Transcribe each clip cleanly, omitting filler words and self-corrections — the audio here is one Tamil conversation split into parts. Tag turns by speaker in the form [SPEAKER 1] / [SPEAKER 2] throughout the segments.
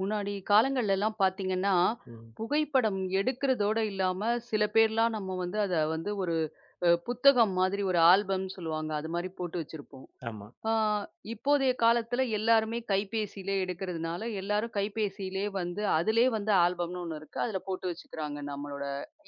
[SPEAKER 1] முன்னாடி காலங்கள்ல எல்லாம் பார்த்தீங்கன்னா,
[SPEAKER 2] ம்.
[SPEAKER 1] புகைப்படம் எடுக்கிறதோட இல்லாம, சில பேர்லாம் நம்ம வந்து அத வந்து ஒரு புத்தகம் மாதிரி ஒரு ஆல்பம்னு சொல்லுவாங்க. அது மாரி போட்டு வச்சிருப்போம்.
[SPEAKER 2] ஆமா.
[SPEAKER 1] ஆ இப்போதைய காலத்துல எல்லாருமே கைபேசியிலே எடுக்கிறதுனால, எல்லாரும் கைபேசியிலே வந்து அதிலே வந்து ஆல்பம்னு ஒண்ணு இருக்கு. அதில போட்டு வச்சுக்கிறாங்க நம்மளோட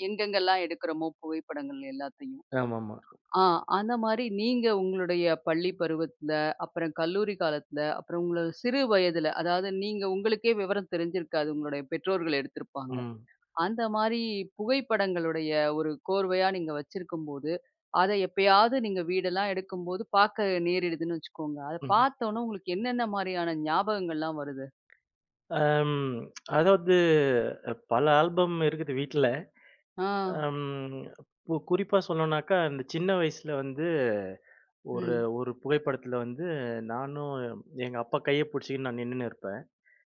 [SPEAKER 1] எங்கெங்கெல்லாம் எடுக்கிறோமோ புகைப்படங்கள் எல்லாத்தையும்.
[SPEAKER 2] ஆமாமா.
[SPEAKER 1] ஆ அந்த மாரி நீங்க உங்களுடைய பள்ளி பருவத்துல, அப்புறம் கல்லூரி காலத்துல, அப்புறம் உங்களோட சிறு வயதுல, அதாவது நீங்க உங்களுக்கே விவரம் தெரிஞ்சிருக்காது. உங்களுடைய பெற்றோர்கள் எடுத்திருப்பாங்க.
[SPEAKER 2] ம்.
[SPEAKER 1] அந்த மாரி புகைப்படங்களுடைய ஒரு கோர்வையா நீங்க வச்சிருக்கும்போது, அத எப்பயாவது நீங்க வீடெல்லாம் எடுக்கும்போது பார்க்க நேரிடுதுன்னு வச்சுக்கோங்க. அத
[SPEAKER 2] ம்.
[SPEAKER 1] பார்த்தோனே உங்களுக்கு என்னென்ன மாரியான ஞாபகங்கள்லாம் வருது?
[SPEAKER 2] அம் அதாவது பல ஆல்பம் இருக்குது வீட்ல.
[SPEAKER 1] ஆ.
[SPEAKER 2] அம் கு குறிப்பா சொல்லணும்னாக்கா, அந்த சின்ன வயசுல வந்து ஒரு
[SPEAKER 1] ம்.
[SPEAKER 2] ஒரு புகைப்படத்துல வந்து நானும் எங்க அப்பா கைய புடிச்சுக்கின்னு நான் நின்னுன்னு இருப்பேன்.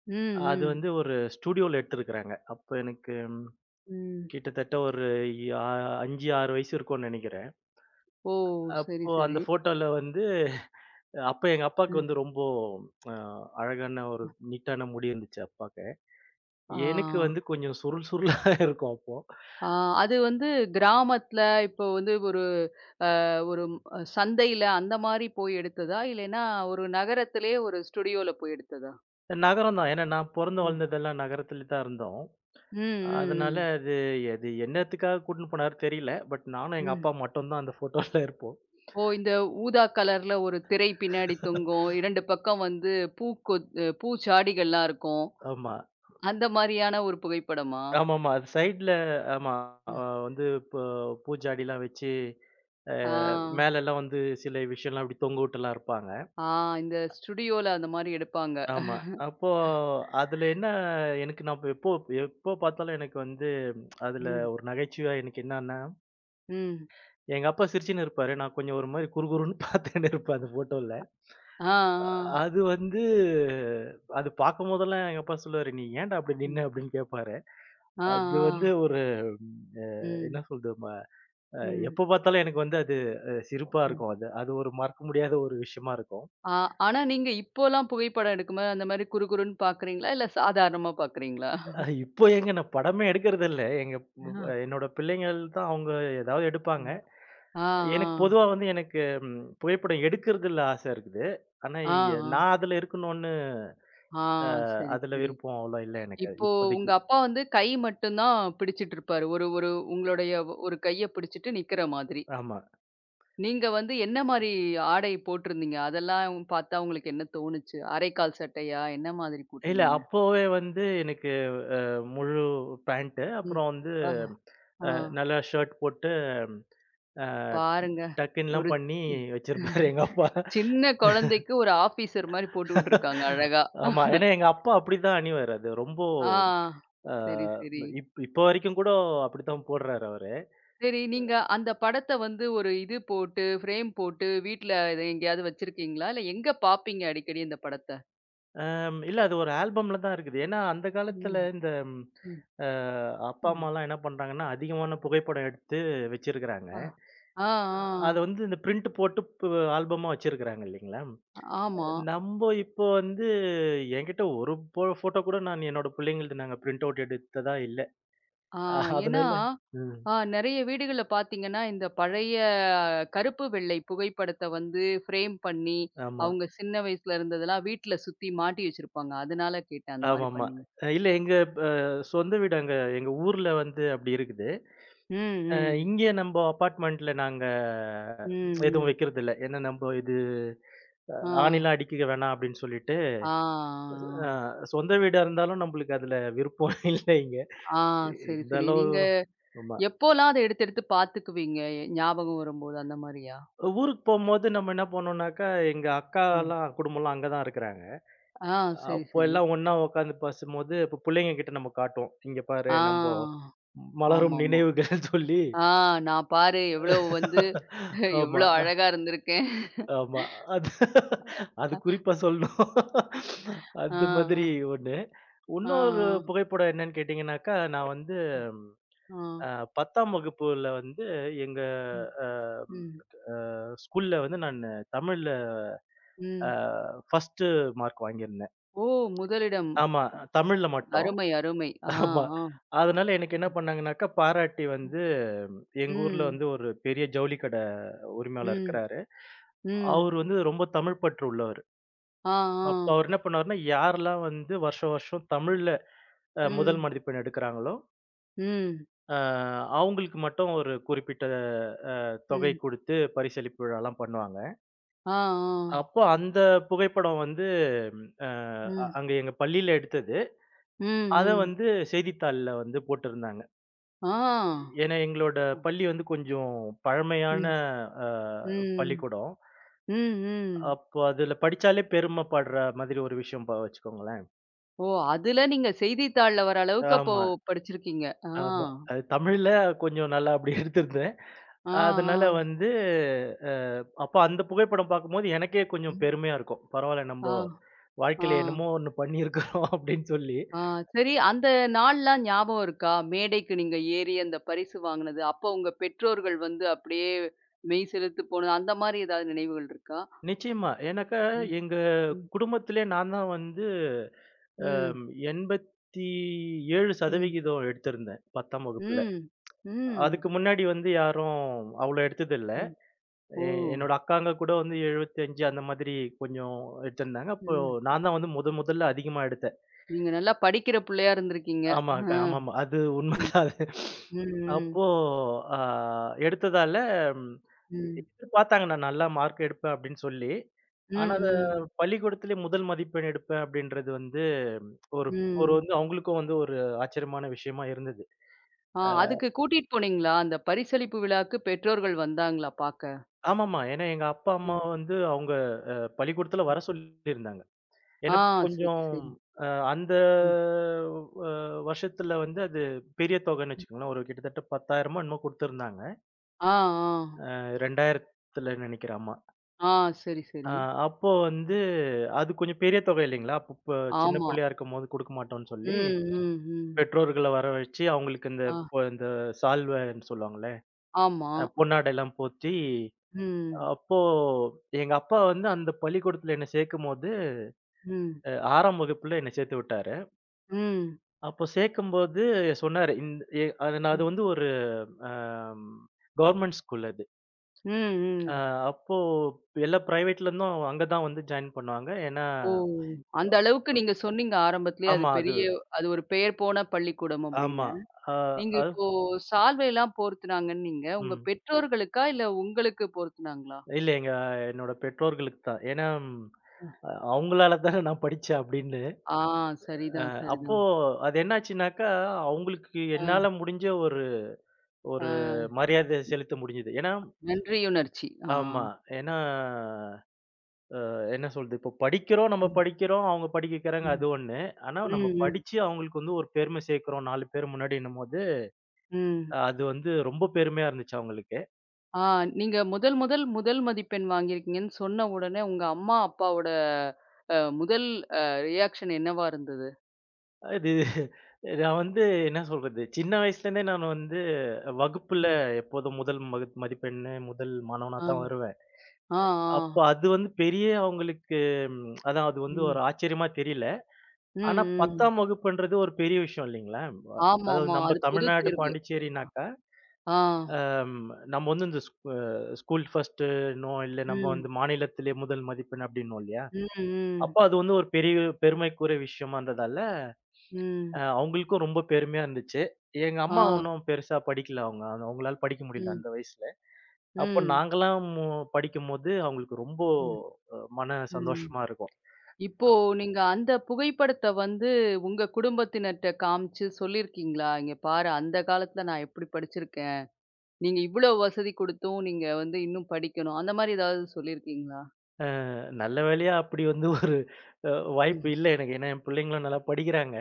[SPEAKER 1] ம்,
[SPEAKER 2] அது
[SPEAKER 1] ம்,
[SPEAKER 2] வந்து ஒரு ஸ்டுடியோல எடுத்திருக்கிறாங்க. அப்ப எனக்கு
[SPEAKER 1] ம்.
[SPEAKER 2] கிட்டத்தட்ட ஒரு ஆ 5, 6 வயசு இருக்கும்னு நெனைக்கிறேன்.
[SPEAKER 1] ஓ! சரி,
[SPEAKER 2] அப்போ அந்த
[SPEAKER 1] சரி.
[SPEAKER 2] ஃபோட்டோல வந்து அப்ப எங்க அப்பாவுக்கு
[SPEAKER 1] ம்.
[SPEAKER 2] வந்து ரொம்ப அ அழகான ஒரு நீட்டான முடி இருந்துச்சு அப்பாக்கு.
[SPEAKER 1] ஆ.
[SPEAKER 2] எனக்கு வந்து கொஞ்சம் சுருள் சுருளா இருக்கும் அப்போ.
[SPEAKER 1] ஆ அது வந்து கிராமத்துல இப்போ வந்து ஒரு ஒரு ம், அ சந்தையில அந்த மாரி போய் எடுத்ததா? இல்லைன்னா ஒரு நகரத்திலே ஒரு ஸ்டுடியோல போய் எடுத்ததா?
[SPEAKER 2] நகரம் தான். ஏன்னா நான் பொறந்து
[SPEAKER 1] ம்.
[SPEAKER 2] வளர்ந்ததெல்லாம் நகரத்துல தான் இருந்தோம்.
[SPEAKER 1] ம்,
[SPEAKER 2] அதனால
[SPEAKER 1] ம்,
[SPEAKER 2] அது அது என்னத்துக்காக கூட்டின்னு போனாரு தெரியல. பட் நானும்
[SPEAKER 1] ம்,
[SPEAKER 2] எங்க
[SPEAKER 1] ம்.
[SPEAKER 2] அப்பா மட்டும் தான் அந்த ஃபோட்டோல இருப்போம்.
[SPEAKER 1] ஓ! இந்த ஊதா கலர்ல ஒரு திரை பின்னாடி தொங்கும். 2 பக்கம் வந்து பூ கொத் பூச்சாடிகள்லாம் இருக்கும்.
[SPEAKER 2] ஆமா.
[SPEAKER 1] அந்த மாரியான ஒரு புகைப்படமா?
[SPEAKER 2] ஆமாமா. அது சைடுல ஆமா அ
[SPEAKER 1] ம்.
[SPEAKER 2] வந்து இப்ப பூஜாடிலாம் வச்சு, அ
[SPEAKER 1] ஆ,
[SPEAKER 2] மேலலாம் வந்து சில விஷயம்லாம் அப்படி தொங்க விட்டுலாம் இருப்பாங்க.
[SPEAKER 1] ஆ இந்த ஸ்டுடியோல அந்த மாரி எடுப்பாங்க.
[SPEAKER 2] ஆமா. அப்போ அதுல என்ன எனக்கு நான் எப்போ எப்போ பார்த்தாலும் எனக்கு வந்து அதுல
[SPEAKER 1] ம்,
[SPEAKER 2] ஒரு நகைச்சுவையா எனக்கு என்னன்னா
[SPEAKER 1] ம்.
[SPEAKER 2] எங்க அப்பா சிரிச்சுன்னு இருப்பாரு. நான் கொஞ்சம் ஒரு மாரி குறுகுறுன்னு பார்த்துன்னு இருப்பேன் அந்த ஃபோட்டோல.
[SPEAKER 1] ஆ, ஆ.
[SPEAKER 2] அது வந்து அது பார்க்கும்போதெல்லாம் எங்க அப்பா சொல்லுவாரு, "நீ ஏன்டா அப்படி நின்ன?"
[SPEAKER 1] ம்.
[SPEAKER 2] அப்படின்னு கேட்பாரு.
[SPEAKER 1] ஆ,
[SPEAKER 2] அது வந்து
[SPEAKER 1] ஆ.
[SPEAKER 2] ஒரு அ என்ன
[SPEAKER 1] ம்,
[SPEAKER 2] சொல்றது? ம அ
[SPEAKER 1] ம்,
[SPEAKER 2] எப்ப பார்த்தாலும் எனக்கு வந்து அது சிரிப்பா
[SPEAKER 1] ம்.
[SPEAKER 2] இருக்கும். அது அது ஒரு மறக்க முடியாத ஒரு விஷயமா இருக்கும்.
[SPEAKER 1] ஆ, ஆனா நீங்க இப்போலாம் புகைப்படம் எடுக்கும்போது, அந்த மாரி குறுகுறுன்னு பார்க்குறீங்களா? இல்ல சாதாரணமா பார்க்குறீங்களா?
[SPEAKER 2] இப்போ எங்க நான் படமே எடுக்கறதில்ல. எங்க
[SPEAKER 1] ஆ,
[SPEAKER 2] என்னோட பிள்ளைங்கள் தான் அவங்க ஏதாவது எடுப்பாங்க.
[SPEAKER 1] ஆமா. ஆ,
[SPEAKER 2] எனக்கு
[SPEAKER 1] ஆ,
[SPEAKER 2] பொதுவா வந்து எனக்கு ம் புகைப்படம் எடுக்கறதுல ஆசை இருக்குது. ஆனா,
[SPEAKER 1] ஆ,
[SPEAKER 2] எ
[SPEAKER 1] ஆ,
[SPEAKER 2] நான் அதுல இருக்கணும்னு
[SPEAKER 1] ஆ,
[SPEAKER 2] அ
[SPEAKER 1] சரி,
[SPEAKER 2] அதுல
[SPEAKER 1] சரி.
[SPEAKER 2] விருப்பம் அவ்வளோ இல்ல எனக்கு
[SPEAKER 1] இப்போ உங்க
[SPEAKER 2] இப்போதைக்கு.
[SPEAKER 1] அப்பா வந்து கை மட்டும் தான் பிடிச்சிட்டு இருப்பாரு. ஒரு ஒரு உங்களுடைய ஒரு கைய பிடிச்சிட்டு நிக்கிற மாதிரி.
[SPEAKER 2] ஆமா.
[SPEAKER 1] நீங்க வந்து என்ன மாரி ஆடை போட்டிருந்தீங்க? அதெல்லாம் பார்த்தா உங்களுக்கு என்ன தோணுச்சு? அரைக்கால் சட்டையா? என்ன மாதிரி
[SPEAKER 2] இல்ல
[SPEAKER 1] போட்டிருந்தீங்க?
[SPEAKER 2] அப்போவே வந்து எனக்கு அ முழு பேண்ட்
[SPEAKER 1] ம்.
[SPEAKER 2] அப்புறம் வந்து
[SPEAKER 1] ஆ, ஆ,
[SPEAKER 2] அ நல்லா ஷர்ட் போட்டு அ
[SPEAKER 1] பாருங்க.
[SPEAKER 2] டக்குன்லாம்
[SPEAKER 1] ஒரு
[SPEAKER 2] பண்ணி
[SPEAKER 1] ம்
[SPEAKER 2] வச்சிருப்பாரு எங்க அப்பா.
[SPEAKER 1] சின்ன குழந்தைக்கு ஒரு ஆபீசர் மாரி போட்டுட்டு இருக்காங்க அழகா.
[SPEAKER 2] ஆமா. ஏன்னா எங்க அப்பா அப்படிதான் அணிவாரு. அது ரொம்ப
[SPEAKER 1] ஆ.
[SPEAKER 2] அ
[SPEAKER 1] சரி, சரி.
[SPEAKER 2] இப் இப்போ வரைக்கும் கூட அப்படித்தான் போடுறாரு அவரு.
[SPEAKER 1] சரி, நீங்க அந்த படத்த வந்து ஒரு இது போட்டு, ஃப்ரேம் போட்டு வீட்ல இத எங்கேயாவது வச்சிருக்கீங்களா? இல்ல எங்க பார்ப்பீங்க அடிக்கடி இந்த படத்த?
[SPEAKER 2] இல்ல அது ஒரு ஆல்பம்ல தான் இருக்குது. ஏன்னா அந்த காலத்துல
[SPEAKER 1] ம்,
[SPEAKER 2] இந்த
[SPEAKER 1] ம்,
[SPEAKER 2] அ அப்பா,
[SPEAKER 1] ம்.
[SPEAKER 2] அம்மாலாம் என்ன பண்றாங்கன்னா, அதிகமான புகைப்படம் எடுத்து வச்சிருக்கிறாங்க.
[SPEAKER 1] ஆ. ஆ, ஆ.
[SPEAKER 2] அ அத வந்து இந்த பிரிண்ட் போட்டு ஆல்பமா வச்சிருக்கிறாங்க இல்லைங்களா?
[SPEAKER 1] ஆமா.
[SPEAKER 2] நம்ப இப்போ வந்து என்கிட்ட ஒரு ஃபோட்டோ கூட நான் என்னோட பிள்ளைங்கள்து நாங்க பிரிண்ட் அவுட் எடுத்ததா இல்ல.
[SPEAKER 1] ஆ ஏன்னா,
[SPEAKER 2] அதனால ம்.
[SPEAKER 1] ஆ நெறைய வீடுகள்ல பார்த்தீங்கன்னா, இந்த பழைய கருப்பு, வெள்ளை புகைப்படத்த வந்து ஃப்ரேம் பண்ணி,
[SPEAKER 2] ஆமா.
[SPEAKER 1] அவங்க சின்ன வயசுல இருந்ததெல்லாம் வீட்ல சுத்தி மாட்டி வச்சிருப்பாங்க. அதனால கேட்டேன் அந்த மாரி
[SPEAKER 2] ஆமாமா.
[SPEAKER 1] பண்ணீங்க.
[SPEAKER 2] இல்ல எங்க அ சொந்த வீடு அங்க எங்க ஊர்ல வந்து அப்படி இருக்குது.
[SPEAKER 1] ம்,
[SPEAKER 2] அ
[SPEAKER 1] ம்.
[SPEAKER 2] இங்கே நம்ப அபார்ட்மெண்ட்ல நாங்க
[SPEAKER 1] ம்,
[SPEAKER 2] எதுவும்
[SPEAKER 1] ம்.
[SPEAKER 2] வைக்கிறதில்ல. ஏன்னா நம்ப இது அ
[SPEAKER 1] ஆ.
[SPEAKER 2] ஆணிலாம் அடிக்க வேணாம் அப்படின்னு சொல்லிட்டு,
[SPEAKER 1] ஆ,
[SPEAKER 2] அ
[SPEAKER 1] ஆ.
[SPEAKER 2] சொந்த வீடா இருந்தாலும் நம்பளுக்கு அதுல விருப்பம் இல்ல இங்க.
[SPEAKER 1] ஆ. சரி, சரி.
[SPEAKER 2] இருந்தாலும்
[SPEAKER 1] நீங்க
[SPEAKER 2] ஆமா.
[SPEAKER 1] எப்போலாம் அத எடுத்து எடுத்து பாத்துக்குவீங்க? ஞாபகம் வரும்போது அந்த மாரியா?
[SPEAKER 2] ஊருக்கு போம்போது நம்ம என்ன பண்ணோம்னாக்கா, எங்க
[SPEAKER 1] ம்.
[SPEAKER 2] அக்காலாம் குடும்பம்லாம் அங்க தான் இருக்கிறாங்க.
[SPEAKER 1] ஆ சரி,
[SPEAKER 2] அப்போ
[SPEAKER 1] சரி.
[SPEAKER 2] எல்லாம் ஒண்ணா உட்காந்து பேசும்போது, இப்போ பிள்ளைங்க கிட்ட நம்ம காட்டுவோம். "இங்க பாரு நம்போ
[SPEAKER 1] ஆ.
[SPEAKER 2] மலரும்
[SPEAKER 1] ஆமாமா.
[SPEAKER 2] நினைவுகள்" சொல்லி
[SPEAKER 1] ஆ நான் பாரு எவ்ளோ வந்து
[SPEAKER 2] ஆமா,
[SPEAKER 1] எவ்ளோ அழகா இருந்திருக்கேன்.
[SPEAKER 2] ஆமா. அது அது குறிப்பா சொல்லணும்.
[SPEAKER 1] ஆ,
[SPEAKER 2] அந்த மாதிரி
[SPEAKER 1] ஆ,
[SPEAKER 2] ஒண்ணு.
[SPEAKER 1] ஆ,
[SPEAKER 2] இன்னொரு
[SPEAKER 1] ஆ,
[SPEAKER 2] புகைப்படம் என்னன்னு கேட்டீங்கன்னாக்கா, நான் வந்து
[SPEAKER 1] ஆ.
[SPEAKER 2] அ 10ஆம் வகுப்புல வந்து எங்க
[SPEAKER 1] ம், ம்,
[SPEAKER 2] அ ஸ்கூல்ல வந்து நானு தமிழ்ல அ
[SPEAKER 1] ம்.
[SPEAKER 2] 1 மார்க் வாங்கியிருந்தேன்.
[SPEAKER 1] ஓ! முதலிடம்.
[SPEAKER 2] ஆமா. தமிழ்ல மட்டும்.
[SPEAKER 1] அருமை, அருமை. ஆ,
[SPEAKER 2] ஆமா.
[SPEAKER 1] ஆ.
[SPEAKER 2] அதனால எனக்கு என்ன பண்ணாங்கனாக்கா, பாராட்டி வந்து எங்க ஊர்ல
[SPEAKER 1] ம்,
[SPEAKER 2] வந்து ஒரு பெரிய ஜவுளி கடை உரிமையாளர்
[SPEAKER 1] ம்,
[SPEAKER 2] இருக்கிறாரு.
[SPEAKER 1] ம்.
[SPEAKER 2] அவரு வந்து ரொம்ப தமிழ் பற்று உள்ளவரு.
[SPEAKER 1] ஆ, ஆ.
[SPEAKER 2] அப்ப அவர் என்ன பண்ணாருன்னா, யாரெல்லாம் வந்து வருஷம் வருஷம் தமிழ்ல முதல்
[SPEAKER 1] ம்,
[SPEAKER 2] மதிப்பெண் எடுக்கிறாங்களோ,
[SPEAKER 1] ம்,
[SPEAKER 2] அ அவங்களுக்கு மட்டும் ஒரு குறிப்பிட்ட அ தொகை
[SPEAKER 1] ம்.
[SPEAKER 2] குடுத்து பரிசளிப்பு விழாலாம் பண்ணுவாங்க.
[SPEAKER 1] ஆ, ஆ.
[SPEAKER 2] அப்போ அந்த புகைப்படம் வந்து ம், அ
[SPEAKER 1] ம்,
[SPEAKER 2] அங்க எங்க பள்ளியில எடுத்தது.
[SPEAKER 1] ம்,
[SPEAKER 2] அத
[SPEAKER 1] ம்.
[SPEAKER 2] வந்து செய்தித்தாள்ல வந்து போட்டிருந்தாங்க.
[SPEAKER 1] ஆ.
[SPEAKER 2] ஏன்னா எங்களோட பள்ளி வந்து கொஞ்சம் பழமையான
[SPEAKER 1] ம்.
[SPEAKER 2] அ
[SPEAKER 1] ம்.
[SPEAKER 2] பள்ளிக்கூடம்.
[SPEAKER 1] ம், ம்.
[SPEAKER 2] அப்போ அதுல படிச்சாலே பெருமைப்படுற மாதிரி ஒரு விஷயம் வச்சுக்கோங்களேன்.
[SPEAKER 1] ஓ! அதுல நீங்க செய்தித்தாள்ல வர அளவுக்கு அப்போ
[SPEAKER 2] ஆமா,
[SPEAKER 1] படிச்சிருக்கீங்க. ஆ.
[SPEAKER 2] ஆமா. அது தமிழ்ல கொஞ்சம் நல்லா அப்படி எடுத்திருந்தேன்.
[SPEAKER 1] ஆ, ஆ.
[SPEAKER 2] அதனால வந்து அ அப்போ அந்த புகைப்படம் பார்க்கும்போது எனக்கே கொஞ்சம்
[SPEAKER 1] ம்.
[SPEAKER 2] பெருமையா இருக்கும். பரவாயில்ல நம்ப
[SPEAKER 1] ஆ, ஆ,
[SPEAKER 2] வாழ்க்கையில என்னமோ ஒண்ணு பண்ணியிருக்கிறோம் அப்படின்னு சொல்லி.
[SPEAKER 1] ஆ. சரி அந்த நாள்லாம் ஞாபகம் இருக்கா? மேடைக்கு நீங்க ஏறி அந்த பரிசு வாங்குனது. அப்போ உங்க பெற்றோர்கள் வந்து அப்படியே மெய் சிலுத்து போனது, அந்த மாரி ஏதாவது நினைவுகள் இருக்கா?
[SPEAKER 2] நிச்சயமா. ஏன்னாக்கா
[SPEAKER 1] ம்,
[SPEAKER 2] எங்க
[SPEAKER 1] ம்,
[SPEAKER 2] குடும்பத்திலே நான் தான் வந்து
[SPEAKER 1] ம்,
[SPEAKER 2] அம்
[SPEAKER 1] ம்,
[SPEAKER 2] 87% எடுத்திருந்தேன் 10ஆம் வகுப்புல.
[SPEAKER 1] ம், ம்,
[SPEAKER 2] அதுக்கு முன்னாடி வந்து யாரும் அவ்வளோ எடுத்ததில்ல.
[SPEAKER 1] ம். ஓ!
[SPEAKER 2] எ என்னோட அக்காங்க கூட வந்து 75 அந்த மாதிரி கொஞ்சம் எடுத்திருந்தாங்க. அப்போ
[SPEAKER 1] ம்.
[SPEAKER 2] நான் தான் வந்து முதன் முதல்ல அதிகமா எடுத்தேன்.
[SPEAKER 1] நீங்க நல்லா படிக்கிற பிள்ளையா இருந்திருக்கீங்க.
[SPEAKER 2] ஆமா, க
[SPEAKER 1] ஆ.
[SPEAKER 2] ஆமாமா. அது
[SPEAKER 1] ம்,
[SPEAKER 2] உண்மதான் அது.
[SPEAKER 1] ம்,
[SPEAKER 2] அப்போ அ எடுத்ததால ம்
[SPEAKER 1] ம்,
[SPEAKER 2] எதிர்பார்த்தாங்க நான் நல்லா மார்க் எடுப்பேன் அப்படின்னு சொல்லி.
[SPEAKER 1] ம்,
[SPEAKER 2] ஆனா அத
[SPEAKER 1] ம்.
[SPEAKER 2] பள்ளிக்கூடத்திலே முதல் மதிப்பெண் எடுப்பேன் அப்படின்றது வந்து ஒரு ஒரு
[SPEAKER 1] ம்.
[SPEAKER 2] வந்து அவங்களுக்கும் வந்து ஒரு ஆச்சரியமான விஷயமா இருந்தது.
[SPEAKER 1] ஆ அதுக்கு கூட்டிட்டு போனீங்களா? அந்த பரிசளிப்பு விழாக்கு பெற்றோர்கள் வந்தாங்களா பாக்க?
[SPEAKER 2] ஆமாமா. ஏன்னா எங்க அப்பா, அம்மா
[SPEAKER 1] ம்.
[SPEAKER 2] வந்து அவங்க பள்ளிக்கூடத்துல
[SPEAKER 1] ம்.
[SPEAKER 2] வர சொல்லியிருந்தாங்க. ஏன்னா
[SPEAKER 1] ஆ சரி,
[SPEAKER 2] கொஞ்சம்
[SPEAKER 1] சரி.
[SPEAKER 2] அ அந்த
[SPEAKER 1] ம்.
[SPEAKER 2] அ வருஷத்துல வந்து அது பெரிய தொகைன்னு
[SPEAKER 1] ம்.
[SPEAKER 2] வச்சுக்கோங்களேன். ஒரு கிட்டத்தட்ட 10,000மோ என்னமோ குடுத்துருந்தாங்க.
[SPEAKER 1] ஆ, ஆ.
[SPEAKER 2] 2000த்துல நினைக்கிறேன் அம்மா.
[SPEAKER 1] ஆ சரி,
[SPEAKER 2] அ
[SPEAKER 1] சரி.
[SPEAKER 2] அப்போ வந்து அது கொஞ்சம் பெரிய தொகை இல்லைங்களா? அப்ப சின்ன
[SPEAKER 1] ஆமா.
[SPEAKER 2] பிள்ளையா இருக்கும்போது குடுக்க மாட்டோம்ன்னு சொல்லி,
[SPEAKER 1] ம், ம், ம்.
[SPEAKER 2] பெற்றோர்கள வர வச்சு அவங்களுக்கு இந்த
[SPEAKER 1] ஆ.
[SPEAKER 2] இந்த சால்வைன்னு சொல்லுவாங்கல்ல,
[SPEAKER 1] ஆமா.
[SPEAKER 2] பொன்னாடைலாம் போத்தி,
[SPEAKER 1] ம்,
[SPEAKER 2] அப்போ எங்க அப்பா வந்து அந்த பள்ளிக்கூடத்துல என்ன சேர்க்கும்போது
[SPEAKER 1] ம், ம்,
[SPEAKER 2] அ 6ஆம் வகுப்புல என்ன சேர்த்து விட்டாரு.
[SPEAKER 1] ம்,
[SPEAKER 2] அப்போ சேர்க்கும்போது சொன்னாரு, இந்த எ அது நான் அது வந்து ஒரு அம் கவர்ன்மென்ட் ஸ்கூல் அது.
[SPEAKER 1] ம்,
[SPEAKER 2] அ
[SPEAKER 1] ம்.
[SPEAKER 2] அப்போ எல்லா பிரைவேட்ல இருந்தும் அங்க தான் வந்து ஜாயின் பண்ணுவாங்க. ஏன்னா
[SPEAKER 1] ஓ! அந்த அளவுக்கு நீங்க சொன்னீங்க ஆரம்பத்திலேயே அது
[SPEAKER 2] ஆமா அது
[SPEAKER 1] பெரிய அது ஒரு பெயர் போன பள்ளிக்கூடம்
[SPEAKER 2] ஆமா.
[SPEAKER 1] அப்படின்னு.
[SPEAKER 2] அ
[SPEAKER 1] நீங்க
[SPEAKER 2] அது
[SPEAKER 1] இப்போ சால்வைலாம் போர்த்துனாங்கன்னீங்க. உங்க
[SPEAKER 2] ம்.
[SPEAKER 1] பெற்றோர்களுக்கா? இல்ல உங்களுக்கு போர்த்துனாங்களா?
[SPEAKER 2] இல்ல எங்க என்னோட பெற்றோர்களுக்கு தான். ஏன்னா அவங்களால தானே நான் படிச்சேன் அப்படின்னு.
[SPEAKER 1] ஆ சரிதான்,
[SPEAKER 2] அப்போ
[SPEAKER 1] சரிதான்.
[SPEAKER 2] அது என்னாச்சுனாக்கா, அவங்களுக்கு
[SPEAKER 1] ஆ,
[SPEAKER 2] என்னால முடிஞ்ச ஒரு ஒரு
[SPEAKER 1] ஆ.
[SPEAKER 2] மரியாதை செலுத்த முடிஞ்சது. ஏன்னா
[SPEAKER 1] நன்றியுணர்ச்சி. ஆ.
[SPEAKER 2] ஆமா. ஏன்னா என்ன சொல்றது? இப்போ படிக்கிறோம், நம்ம
[SPEAKER 1] ம்,
[SPEAKER 2] படிக்கிறோம், அவங்க படிக்க வைக்கிறாங்க
[SPEAKER 1] ம்,
[SPEAKER 2] அது ஒண்ணு. ஆனா
[SPEAKER 1] ம்,
[SPEAKER 2] நம்ம
[SPEAKER 1] ம்,
[SPEAKER 2] படிச்சு அவங்களுக்கு வந்து ஒரு பெருமை சேர்க்கிறோம் 4 பேர் முன்னாடின்னும்போது,
[SPEAKER 1] ம்.
[SPEAKER 2] அது வந்து ரொம்ப பெருமையா இருந்துச்சு அவங்களுக்கு.
[SPEAKER 1] ஆ நீங்க முதல் முதல் முதல் மதிப்பெண் வாங்கியிருக்கீங்கன்னு சொன்ன உடனே உங்க அம்மா, அப்பாவோட முதல் அ ரியாக்ஷன் என்னவா இருந்தது?
[SPEAKER 2] இது நான் வந்து என்ன சொல்றது? சின்ன வயசுலேருந்தே நான் வந்து வகுப்புல
[SPEAKER 1] ம்.
[SPEAKER 2] எப்போதும் முதல் மதிப்பெண்ணு, முதல் மாணவனா
[SPEAKER 1] ஆ,
[SPEAKER 2] தான் வருவேன்.
[SPEAKER 1] ஆ, ஆ.
[SPEAKER 2] அப்ப அது வந்து பெரிய அவங்களுக்கு ம், அதான் அது வந்து ஒரு
[SPEAKER 1] ம்,
[SPEAKER 2] ஆச்சரியமா தெரியல.
[SPEAKER 1] ம்,
[SPEAKER 2] ஆனா
[SPEAKER 1] ம்.
[SPEAKER 2] 10ஆம் வகுப்புன்றது ஒரு பெரிய விஷயம் இல்லைங்களா? அதாவது
[SPEAKER 1] ஆமாமா.
[SPEAKER 2] நம்ம
[SPEAKER 1] அது பொதுத்
[SPEAKER 2] தமிழ்நாடு,
[SPEAKER 1] தேர்வு.
[SPEAKER 2] பாண்டிச்சேரினாக்கா
[SPEAKER 1] ஆ.
[SPEAKER 2] அம் நம்ம வந்து இந்த ஸ்கூல் ஃபர்ஸ்ட்டுன்னோ, இல்ல நம்ம
[SPEAKER 1] ம்,
[SPEAKER 2] வந்து மாநிலத்திலே முதல் மதிப்பெண் அப்படின்னோம் இல்லையா?
[SPEAKER 1] ம், ம்,
[SPEAKER 2] அப்ப அது வந்து ஒரு பெரிய பெருமைக்குரிய விஷயமா இருந்ததால,
[SPEAKER 1] ம்.
[SPEAKER 2] அவங்களுக்கும் ரொம்ப பெருமையா இருந்துச்சு. எங்க
[SPEAKER 1] ஆ.
[SPEAKER 2] அம்மா ஒண்ணும் பெருசா படிக்கல அவங்க. அவங்க- அவங்களால படிக்க முடியல
[SPEAKER 1] ம்,
[SPEAKER 2] அந்த வயசுல. அப்ப
[SPEAKER 1] ம்,
[SPEAKER 2] நாங்கலாம் படிக்கும்போது அவங்களுக்கு ரொம்ப
[SPEAKER 1] ம்,
[SPEAKER 2] மன
[SPEAKER 1] ம்.
[SPEAKER 2] சந்தோஷமா இருக்கும்.
[SPEAKER 1] இப்போ நீங்க அந்த புகைப்படத்த வந்து உங்க குடும்பத்தினர்ட்ட காமிச்சு சொல்லியிருக்கீங்களா? "இங்க பாரு அந்த காலத்துல நான் எப்படி படிச்சிருக்கேன். நீங்க இவ்ளோ வசதி குடுத்தும் நீங்க வந்து இன்னும் படிக்கணும்." அந்த மாரி ஏதாவது சொல்லியிருக்கீங்களா?
[SPEAKER 2] நல்ல வேளையா அப்படி வந்து ஒரு அ வாய்ப்பு
[SPEAKER 1] ம்.
[SPEAKER 2] இல்ல எனக்கு. ஏன்னா, என் பிள்ளைங்களும் நல்லா படிக்கிறாங்க.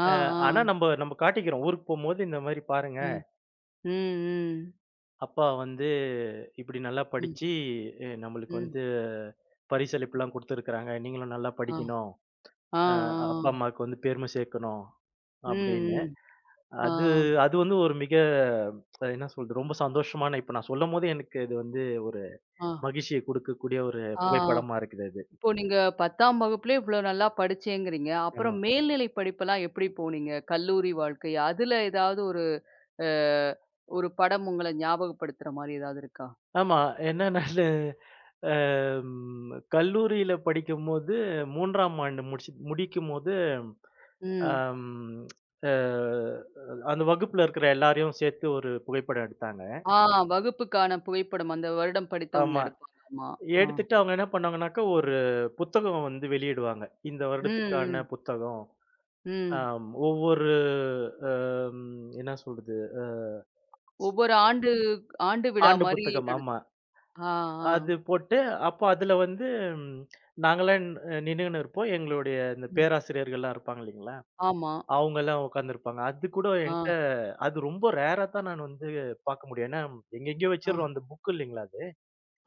[SPEAKER 1] ஆ,
[SPEAKER 2] அ
[SPEAKER 1] ஆ.
[SPEAKER 2] ஆனா, நம்ப நம்ம காட்டிக்கிறோம். ஊருக்கு போம்போது இந்த மாரி பாருங்க,
[SPEAKER 1] ம். ம். ம்.
[SPEAKER 2] அப்பா வந்து இப்படி நல்லா
[SPEAKER 1] ம்,
[SPEAKER 2] படிச்சு, எ நம்மளுக்கு
[SPEAKER 1] ம்.
[SPEAKER 2] வந்து பரிசளிப்புலாம் குடுத்துருக்காங்க. நீங்களும் நல்லா
[SPEAKER 1] ஆ,
[SPEAKER 2] படிக்கணும்.
[SPEAKER 1] ஆ,
[SPEAKER 2] அ
[SPEAKER 1] ஆ.
[SPEAKER 2] அப்பா, அம்மாவுக்கு வந்து பெருமை சேர்க்கணும்
[SPEAKER 1] ம்,
[SPEAKER 2] அப்படின்னு.
[SPEAKER 1] ம். ஆ,
[SPEAKER 2] அது அது வந்து ஒரு மிக என்ன சொல்றது? ரொம்ப சந்தோஷமான இப்ப நான் சொல்லும்போது எனக்கு இது வந்து ஒரு
[SPEAKER 1] ஆ,
[SPEAKER 2] மகிழ்ச்சிய குடுக்கக்கூடிய ஒரு
[SPEAKER 1] ஆ.
[SPEAKER 2] புகைப்படமா இருக்குது அது.
[SPEAKER 1] இப்போ நீங்க 10ஆம் வகுப்பிலே இவ்ளோ நல்லா படிச்சேங்கிறீங்க.
[SPEAKER 2] ஆமா.
[SPEAKER 1] அப்புறம் மேல்நிலை படிப்பெல்லாம் எப்படி போனீங்க? கல்லூரி வாழ்க்கை. அதுல ஏதாவது ஒரு அ ஒரு படம் உங்கள ஞாபகப்படுத்துற மாரி ஏதாவது இருக்கா?
[SPEAKER 2] ஆமா. என்னன்னா அ ம் கல்லூரியில படிக்கும்போது 3ஆம் ஆண்டு முடிச்சு முடிக்கும்போது
[SPEAKER 1] ம்.
[SPEAKER 2] அம் அ அந்த வகுப்புல இருக்கிற எல்லாரையும் சேர்த்து ஒரு புகைப்படம் எடுத்தாங்க.
[SPEAKER 1] ஆ வகுப்புக்கான புகைப்படம். அந்த வருடம்
[SPEAKER 2] ஆமா.
[SPEAKER 1] படித்தவங்கள எடுப்பாங்க. ஆமா. ஆ.
[SPEAKER 2] எடுத்துட்டு அவங்க என்ன பண்ணாங்கன்னாக்கா, ஒரு புத்தகம் வந்து வெளியிடுவாங்க. இந்த வருடத்துக்கான
[SPEAKER 1] ம்,
[SPEAKER 2] புத்தகம்.
[SPEAKER 1] ம், ம்.
[SPEAKER 2] ஆம். ஒவ்வொரு அம் என்ன சொல்றது?
[SPEAKER 1] ஒவ்வொரு ஆண்டு ஆண்டு விழா
[SPEAKER 2] ஆண்டு
[SPEAKER 1] மாரி
[SPEAKER 2] புத்தகம்
[SPEAKER 1] நட
[SPEAKER 2] ஆமா.
[SPEAKER 1] ஆ, ஆ.
[SPEAKER 2] அது போட்டு, அப்போ அதுல வந்து நாங்கலாம் நின்னுகின்னு இருப்போம். எங்களுடைய இந்த
[SPEAKER 1] ம்.
[SPEAKER 2] பேராசிரியர்கள்லாம் இருப்பாங்க இல்லைங்களா?
[SPEAKER 1] ஆமா.
[SPEAKER 2] அவங்கலாம் உட்கார்ந்திருப்பாங்க. அது கூட என்ட்ட
[SPEAKER 1] ஆ,
[SPEAKER 2] அது ரொம்ப ரேரா தான் நான் வந்து பார்க்க முடியும். ஏன்னா, எங்கெங்கேயோ
[SPEAKER 1] ஆ.
[SPEAKER 2] வச்சிடுறோம் அந்த புக் இல்லைங்களா அது.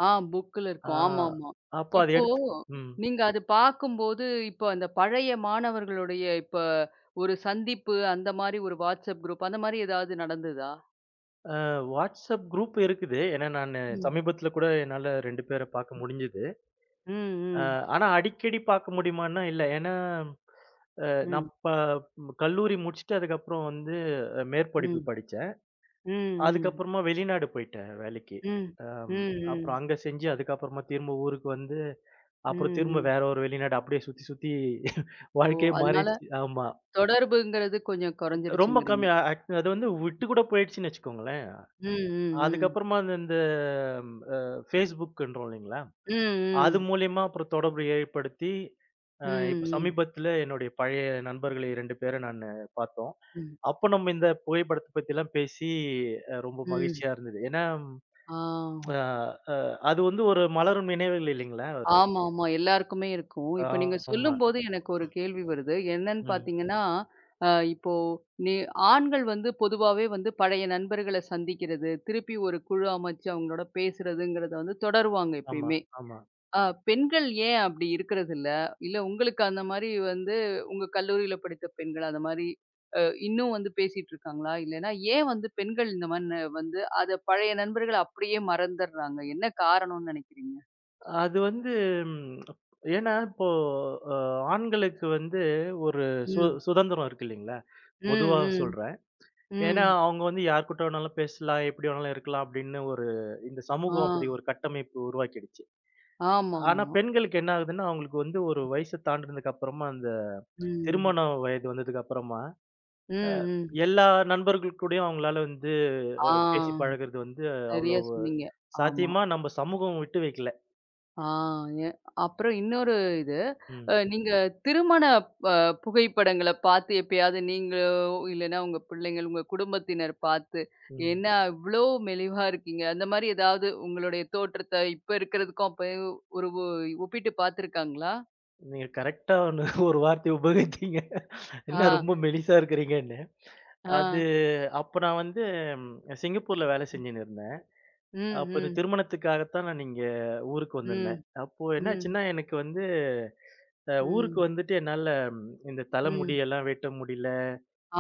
[SPEAKER 1] ஆ புக்ல
[SPEAKER 2] ஆ
[SPEAKER 1] இருக்கும். ஆமாமா.
[SPEAKER 2] அப்போ அத
[SPEAKER 1] இப்போ
[SPEAKER 2] எடுத்து ம்.
[SPEAKER 1] நீங்க அது பார்க்கும்போது, இப்போ அந்த பழைய மாணவர்களுடைய இப்ப ஒரு சந்திப்பு, அந்த மாரி ஒரு WhatsApp குரூப் அந்த மாரி ஏதாவது நடந்ததா?
[SPEAKER 2] WhatsApp குரூப் இருக்குது. ஏன்னா, நானு
[SPEAKER 1] ம்.
[SPEAKER 2] சமீபத்தில கூட என்னால 2 பேர பார்க்க முடிஞ்சது.
[SPEAKER 1] ம்,
[SPEAKER 2] அ
[SPEAKER 1] ம்,
[SPEAKER 2] ஆனா அடிக்கடி பார்க்க முடியுமான்னா இல்ல. ஏன்னா, நான்
[SPEAKER 1] ம்,
[SPEAKER 2] ப கல்லூரி முடிச்சுட்டு அதுக்கப்புறம் வந்து மேற்படிப்பு
[SPEAKER 1] ம்,
[SPEAKER 2] படிச்சேன்.
[SPEAKER 1] ம், ம்,
[SPEAKER 2] அதுக்கப்புறமா வெளிநாடு போயிட்டேன் வேலைக்கு.
[SPEAKER 1] ம், ம், ம்,
[SPEAKER 2] அம் அப்புறம்
[SPEAKER 1] ம்,
[SPEAKER 2] அங்க செஞ்சு அதுக்கப்புறமா திரும்ப ஊருக்கு வந்து, அப்புறம் திரும்ப
[SPEAKER 1] ம்.
[SPEAKER 2] வேற ஒரு வெளிநாடு அப்படியே சுத்தி சுத்தி
[SPEAKER 1] ஓ!
[SPEAKER 2] வாழ்க்கையே
[SPEAKER 1] அதனால
[SPEAKER 2] மாறிடுச்சு. ஆமா.
[SPEAKER 1] தொடர்புங்கிறது கொஞ்சம்
[SPEAKER 2] ரொம்ப
[SPEAKER 1] குறைஞ்சிருச்சுங்கிறீங்க.
[SPEAKER 2] கம்மியா ஆக் அது வந்து விட்டு கூட போயிடுச்சுன்னு வச்சுக்கோங்களேன்.
[SPEAKER 1] ம், ம், ம்,
[SPEAKER 2] அதுக்கப்புறமா அந்த இந்த அ Facebookன்றோம் இல்லைங்களா?
[SPEAKER 1] ம்,
[SPEAKER 2] அது
[SPEAKER 1] ம்,
[SPEAKER 2] மூலியமா அப்புறம் தொடர்பு ஏற்படுத்தி,
[SPEAKER 1] ம்,
[SPEAKER 2] இப்ப
[SPEAKER 1] ம்,
[SPEAKER 2] சமீபத்தில என்னுடைய பழைய நண்பர்களை 2 பேர நானு பார்த்தோம்.
[SPEAKER 1] ம்,
[SPEAKER 2] அப்ப நம்ம இந்த புகைப்படத்த பத்திலாம் பேசி ரொம்ப
[SPEAKER 1] ம்.
[SPEAKER 2] மகிழ்ச்சியா இருந்தது. ஏன்னா,
[SPEAKER 1] ஆ.
[SPEAKER 2] அ அ அது வந்து ஒரு மலரும் நினைவுகள் இல்லைங்களா? ஒரு
[SPEAKER 1] ஆமா, ஆமா. எல்லாருக்குமே இருக்கும். இப்ப நீங்க
[SPEAKER 2] ஆமா.
[SPEAKER 1] சொல்லும்போது எனக்கு ஒரு கேள்வி வருது. என்னன்னு
[SPEAKER 2] ம்.
[SPEAKER 1] பார்த்தீங்கன்னா, அ இப்போ நீ ஆண்கள் வந்து பொதுவாவே வந்து பழைய நண்பர்கள சந்திக்கிறது, திருப்பி ஒரு குழு அமைச்சு அவங்களோட பேசுறதுங்கிறத வந்து தொடருவாங்க
[SPEAKER 2] ஆமா,
[SPEAKER 1] எப்பயுமே.
[SPEAKER 2] ஆமா.
[SPEAKER 1] அ பெண்கள் ஏன் அப்படி இருக்கிறதில்ல? இல்ல இல்ல உங்களுக்கு அந்த மாரி வந்து உங்க கல்லூரியில படித்த பெண்கள் அந்த மாரி அ இன்னும் வந்து பேசிட்டு இருக்காங்களா? இல்லைன்னா ஏன் வந்து பெண்கள் இந்த மாரி வந்து அத பழைய நண்பர்கள அப்படியே மறந்தர்றாங்க? என்ன காரணம்னு நினைக்கிறீங்க?
[SPEAKER 2] அது வந்து ம் ஏன்னா இப்போ அ ஆண்களுக்கு வந்து ஒரு சு
[SPEAKER 1] ம்.
[SPEAKER 2] சுதந்திரம் இருக்கு இல்லைங்களா? பொதுவா
[SPEAKER 1] ம், ம்.
[SPEAKER 2] சொல்றேன். ஏன்னா
[SPEAKER 1] ம்.
[SPEAKER 2] அவங்க வந்து யார்கிட்ட வேணாலும் பேசலாம், எப்படி வேணாலும் இருக்கலாம் அப்படின்னு ஒரு இந்த
[SPEAKER 1] ஆ.
[SPEAKER 2] சமூகம் அப்படி ஒரு கட்டமைப்பு உருவாக்கிடுச்சு. ஆனா
[SPEAKER 1] ஆமாமா.
[SPEAKER 2] பெண்களுக்கு என்ன ஆகுதுன்னா, அவங்களுக்கு வந்து ஒரு வயசு தாண்டினதுக்கு அப்புறமா அந்த
[SPEAKER 1] ம்.
[SPEAKER 2] திருமண வயது வந்ததுக்கு அப்புறமா,
[SPEAKER 1] ம், ம்.
[SPEAKER 2] எல்லா நண்பர்கள் கூடயும் அவங்களால வந்து
[SPEAKER 1] ஆ.
[SPEAKER 2] பேசி பழகுறது வந்து
[SPEAKER 1] சரியா
[SPEAKER 2] அவ்வளவு
[SPEAKER 1] சொன்னீங்க. ஆமா.
[SPEAKER 2] சாத்தியமா நம்ம சமூகம் விட்டு வைக்கல.
[SPEAKER 1] ஆ எ அப்புறம் இன்னொரு இது,
[SPEAKER 2] ம்,
[SPEAKER 1] நீங்க திருமண ப புகைப்படங்கள பார்த்து எப்பயாவது நீங்களோ, இல்லன்னா உங்க பிள்ளைங்கள், உங்க குடும்பத்தினர் பார்த்து,
[SPEAKER 2] ம்.
[SPEAKER 1] என்ன இவ்ளோ மெலிவா இருக்கீங்க, அந்த மாரி ஏதாவது உங்களுடைய தோற்றத்த இப்ப இருக்கிறதுக்கும் அப்ப ஒரு ஒப்பிட்டு பார்த்துருக்காங்களா?
[SPEAKER 2] நீங்க கரெக்ட்டா ஒண்ணு ஒரு வார்த்தைய உபயோகித்தீங்க.
[SPEAKER 1] ஆ,
[SPEAKER 2] என்ன ரொம்ப மெலிசா இருக்கிறீங்கன்னு.
[SPEAKER 1] ஆ.
[SPEAKER 2] அது அப்ப நான் வந்து ம், சிங்கப்பூர்ல வேலை
[SPEAKER 1] ம்,
[SPEAKER 2] செஞ்சுன்னு இருந்தேன். அப்ப இந்த
[SPEAKER 1] ம்,
[SPEAKER 2] திருமணத்துக்காகத்தான் நான் இங்க ஊருக்கு
[SPEAKER 1] ம்,
[SPEAKER 2] வந்திருந்தேன். அப்போ
[SPEAKER 1] ம்,
[SPEAKER 2] என்னாச்சுன்னா, எனக்கு வந்து ஊருக்கு
[SPEAKER 1] ம்,
[SPEAKER 2] வந்துட்டு என்னால ம், இந்த தலைமுடி
[SPEAKER 1] ம்.
[SPEAKER 2] எல்லாம் வெட்ட முடியல.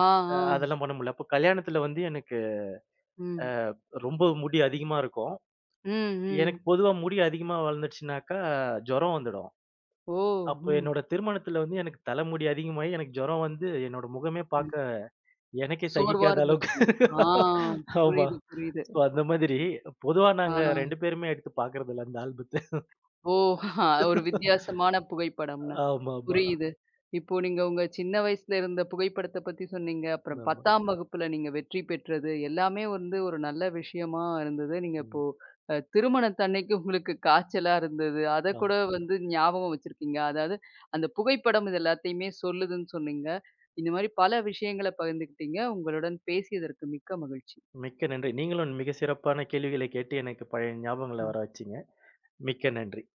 [SPEAKER 1] ஆ, ஆ.
[SPEAKER 2] அதெல்லாம் பண்ண முடியல. அப்போ கல்யாணத்துல வந்து எனக்கு அ
[SPEAKER 1] ம்.
[SPEAKER 2] ரொம்ப முடி அதிகமா இருக்கும்.
[SPEAKER 1] ம்,
[SPEAKER 2] எனக்கு
[SPEAKER 1] ம்.
[SPEAKER 2] பொதுவா முடி அதிகமா வளர்ந்துடுச்சுனாக்கா ஜுரம் வந்துடும்.
[SPEAKER 1] ஓ!
[SPEAKER 2] அப்போ
[SPEAKER 1] ம்,
[SPEAKER 2] என்னோட திருமணத்துல வந்து எனக்கு தலைமுடி அதிகமாயி எனக்கு ஜுரம் வந்து என்னோட முகமே
[SPEAKER 1] ம்.
[SPEAKER 2] பார்க்க எனக்கே
[SPEAKER 1] சோர்வா
[SPEAKER 2] சகிக்காத அளவுக்கு
[SPEAKER 1] இருந்திருக்கும். ஆ
[SPEAKER 2] ஆமா.
[SPEAKER 1] புரியுது, புரியுது.
[SPEAKER 2] ஸோ அந்த மாதிரி பொதுவா
[SPEAKER 1] ஆ.
[SPEAKER 2] நாங்க 2 பேருமே எடுத்து பார்க்கறதில்ல அந்த ஆல்பத்த.
[SPEAKER 1] ஓ! ஒரு வித்தியாசமான புகைப்படம்.
[SPEAKER 2] ஆமாமா. ஆமா.
[SPEAKER 1] புரியுது. இப்போ நீங்க உங்க சின்ன வயசுல இருந்த புகைப்படத்த பத்தி சொன்னீங்க. அப்புறம்
[SPEAKER 2] ஆமா.
[SPEAKER 1] 10ஆம் வகுப்புல நீங்க வெற்றி பெற்றது. எல்லாமே வந்து ஒரு நல்ல விஷயமா இருந்தது. நீங்க இப்போ
[SPEAKER 2] ம்.
[SPEAKER 1] திருமணத்தன்னைக்கு உங்களுக்கு காய்ச்சலா இருந்தது. அத
[SPEAKER 2] ஆ.
[SPEAKER 1] கூட வந்து ஞாபகம் வச்சிருக்கீங்க. அதாவது அந்த புகைப்படம் இது எல்லாத்தையுமே சொல்லுதுன்னு சொன்னீங்க. இந்த மாரி பல விஷயங்கள பகிர்ந்துக்கிட்டீங்க. உங்களுடன் பேசியதற்கு மிக்க மகிழ்ச்சி.
[SPEAKER 2] மிக்க நன்றி. நீங்களும் மிக சிறப்பான கேள்விகளை கேட்டு எனக்கு பழைய ஞாபகங்கள
[SPEAKER 1] ம்.
[SPEAKER 2] வர வச்சீங்க. மிக்க நன்றி.